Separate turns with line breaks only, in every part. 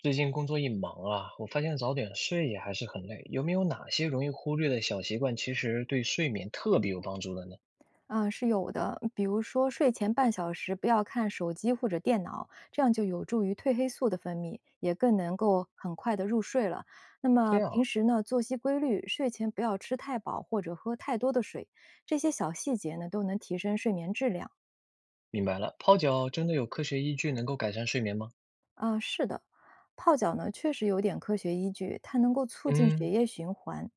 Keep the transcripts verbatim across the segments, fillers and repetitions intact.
最近工作一忙啊，我发现早点睡也还是很累。有没有哪些容易忽略的小习惯，其实对睡眠特别有帮助的呢？
嗯，是有的。比如说，睡前半小时不要看手机或者电脑，这样就有助于褪黑素的分泌，也更能够很快的入睡了。那
这
么
样啊，
平时呢，作息规律，睡前不要吃太饱或者喝太多的水，这些小细节呢，都能提升睡眠质量。
明白了，泡脚真的有科学依据能够改善睡眠吗？
啊，是的，泡脚呢确实有点科学依据，它能够促进血
嗯，
液循环，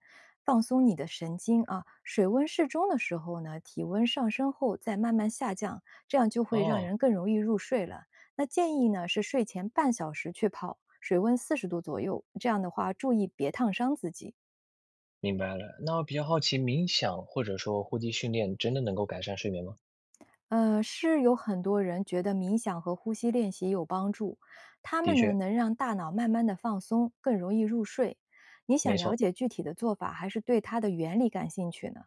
放松你的神经啊。水温适中的时候呢，体温上升后再慢慢下降，这样就会让
哦，
人更容易入睡了。那建议呢是睡前半小时去泡，水温四十度左右，这样的话注意别烫伤自己。
明白了。那我比较好奇，冥想或者说呼吸训练真的能够改善睡眠吗？
呃，是有很多人觉得冥想和呼吸练习有帮助，它
的
们呢
确，
能让大脑慢慢的放松，更容易入睡。你想
没
了
错。
解具体的做法，还是对它的原理感兴趣呢？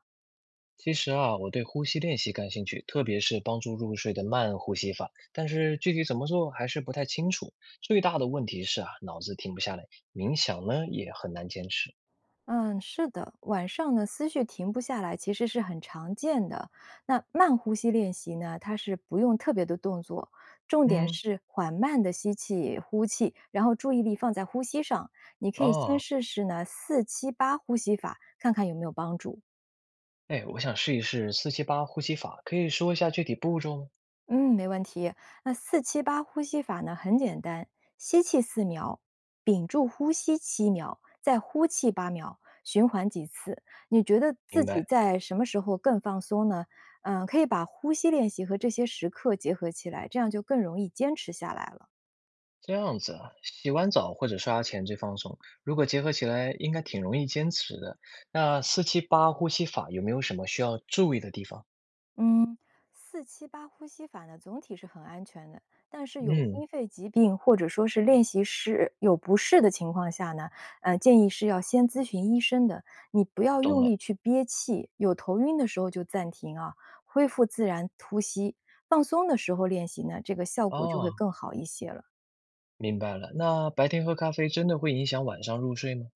其实啊，我对呼吸练习感兴趣，特别是帮助入睡的慢呼吸法，但是具体怎么做还是不太清楚。最大的问题是啊，脑子停不下来，冥想呢也很难坚持。
嗯，是的，晚上呢思绪停不下来，其实是很常见的。那慢呼吸练习呢，它是不用特别的动作，重点
嗯，
是缓慢的吸气、呼气，然后注意力放在呼吸上。你可以先
哦，
试试呢四七八呼吸法，看看有没有帮助。
哎，我想试一试四七八呼吸法，可以说一下具体步骤吗？
嗯，没问题。那四七八呼吸法呢，很简单，吸气四秒，屏住呼吸七秒，再呼气八秒，循环几次。你觉得自
明
己
白，
在什么时候更放松呢？嗯，可以把呼吸练习和这些时刻结合起来，这样就更容易坚持下来了。
这样子啊，洗完澡或者刷牙前最放松，如果结合起来，应该挺容易坚持的。那四七八呼吸法有没有什么需要注意的地方？
嗯，四七八呼吸法呢，总体是很安全的，但是有
嗯，
心肺疾病或者说是练习师有不适的情况下呢，呃，建议是要先咨询医生的。你不要
懂
用
了。
力去憋气，有头晕的时候就暂停啊，恢复自然呼吸，放松的时候练习呢，这个效果就会
哦，
更好一些了。
明白了，那白天喝咖啡真的会影响晚上入睡吗？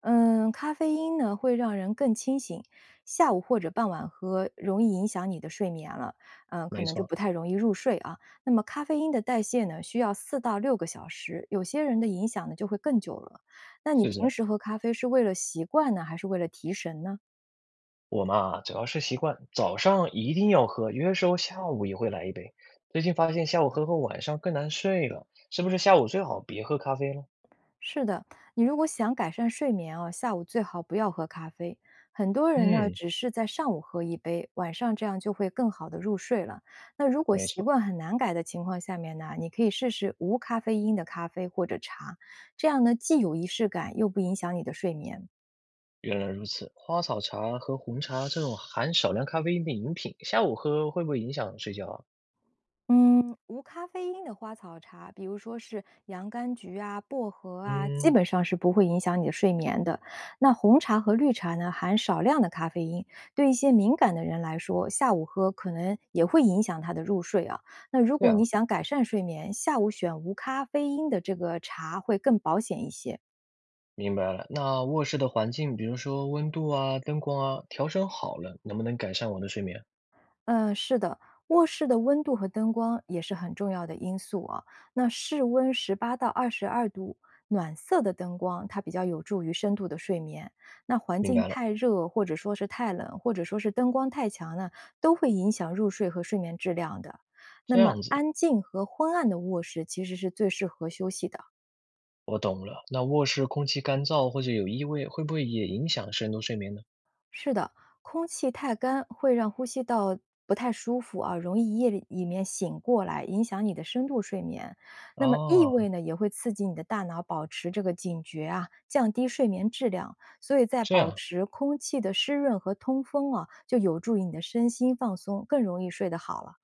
嗯，咖啡因呢会让人更清醒，下午或者傍晚喝容易影响你的睡眠了，嗯，可
没
能就
错，
不太容易入睡啊。那么咖啡因的代谢呢，需要四到六个小时，有些人的影响呢就会更久了。那你
是这
平
样。
时喝咖啡是为了习惯呢，还是为了提神呢？
我嘛，主要是习惯早上一定要喝，有些时候下午也会来一杯。最近发现下午喝后晚上更难睡了，是不是下午最好别喝咖啡了？
是的，你如果想改善睡眠啊，下午最好不要喝咖啡。很多人呢，
嗯，
只是在上午喝一杯，晚上这样就会更好的入睡了。那如果
没
习
错，
惯很难改的情况下面呢，你可以试试无咖啡因的咖啡或者茶，这样呢既有仪式感，又不影响你的睡眠。
原来如此。花草茶和红茶这种含少量咖啡因的饮品，下午喝会不会影响睡觉啊？
嗯，无咖啡因的花草茶，比如说是洋甘菊啊、薄荷啊，基
嗯，
本上是不会影响你的睡眠的。那红茶和绿茶呢，含少量的咖啡因，对一些敏感的人来说，下午喝可能也会影响他的入睡啊。那如
对
果
啊，
你想改善睡眠，下午选无咖啡因的这个茶会更保险一些。
明白了。那卧室的环境，比如说温度啊、灯光啊，调整好了，能不能改善我的睡眠？
嗯，是的，卧室的温度和灯光也是很重要的因素啊。那室温十八到二十二度，暖色的灯光它比较有助于深度的睡眠。那环
明
境
白了。
太热，或者说是太冷，或者说是灯光太强呢，都会影响入睡和睡眠质量的。那
这
么
样子，
安静和昏暗的卧室其实是最适合休息的。
我懂了。那卧室空气干燥或者有异味，会不会也影响深度睡眠呢？
是的，空气太干会让呼吸道不太舒服啊，容易夜里里面醒过来，影响你的深度睡眠。那么异
哦，
味呢，也会刺激你的大脑保持这个警觉啊，降低睡眠质量。所以在
这
保
样，
持空气的湿润和通风啊，就有助于你的身心放松，更容易睡得好了。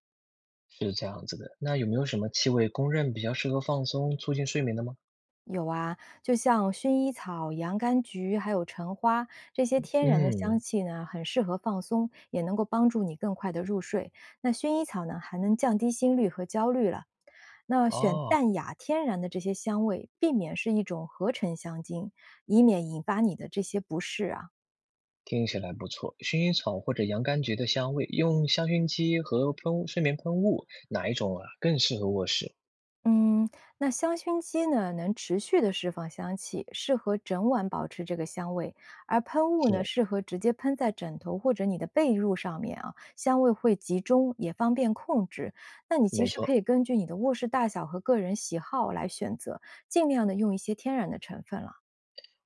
是这样子的。那有没有什么气味公认比较适合放松、促进睡眠的吗？
有啊，就像薰衣草、洋甘菊，还有橙花这些天然的香
嗯，
气呢，很适合放松，也能够帮助你更快的入睡。那薰衣草呢，还能降低心率和焦虑了。那选
哦，
淡雅天然的这些香味，避免是一种合成香精，以免引发你的这些不适啊。
听起来不错。薰衣草或者洋甘菊的香味，用香薰机和喷雾睡眠喷雾，哪一种啊更适合卧室？
嗯，那香薰机呢，能持续的释放香气，适合整晚保持这个香味；而喷雾呢，
是，
适合直接喷在枕头或者你的被褥上面啊，香味会集中，也方便控制。那你其
没
实
错。
可以根据你的卧室大小和个人喜好来选择，尽量的用一些天然的成分了。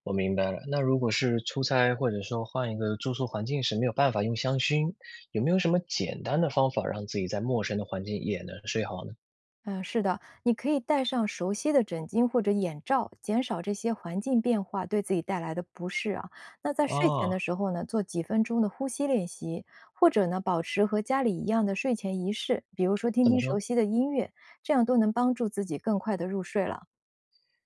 我明白了。那如果是出差或者说换一个住宿环境时没有办法用香薰，有没有什么简单的方法让自己在陌生的环境也能睡好呢？
嗯，是的，你可以戴上熟悉的枕巾或者眼罩，减少这些环境变化对自己带来的不适啊。那在睡前
啊，
的时候呢，做几分钟的呼吸练习，或者呢，保持和家里一样的睡前仪式，比如说听
怎么
听熟
说？
悉的音乐，这样都能帮助自己更快的入睡了。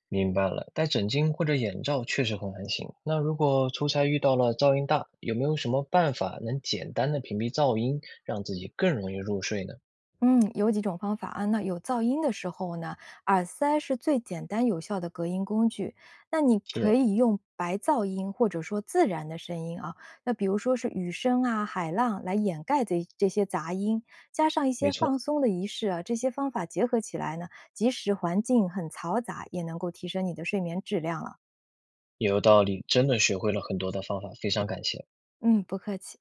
明白了，戴枕巾或者眼罩确实很安心。那如果出差遇到了噪音大，有没有什么办法能简单的屏蔽噪音，让自己更容易入睡呢？
嗯，有几种方法啊。那有噪音的时候呢，耳塞是最简单有效的隔音工具。那你
是，
可以用白噪音或者说自然的声音啊，那比如说是雨声啊、海浪来掩盖这这些杂音，加上一
没
些
错，
放松的仪式啊，这些方法结合起来呢，即使环境很嘈杂，也能够提升你的睡眠质量了。
有道理，真的学会了很多的方法，非常感谢。
嗯，不客气。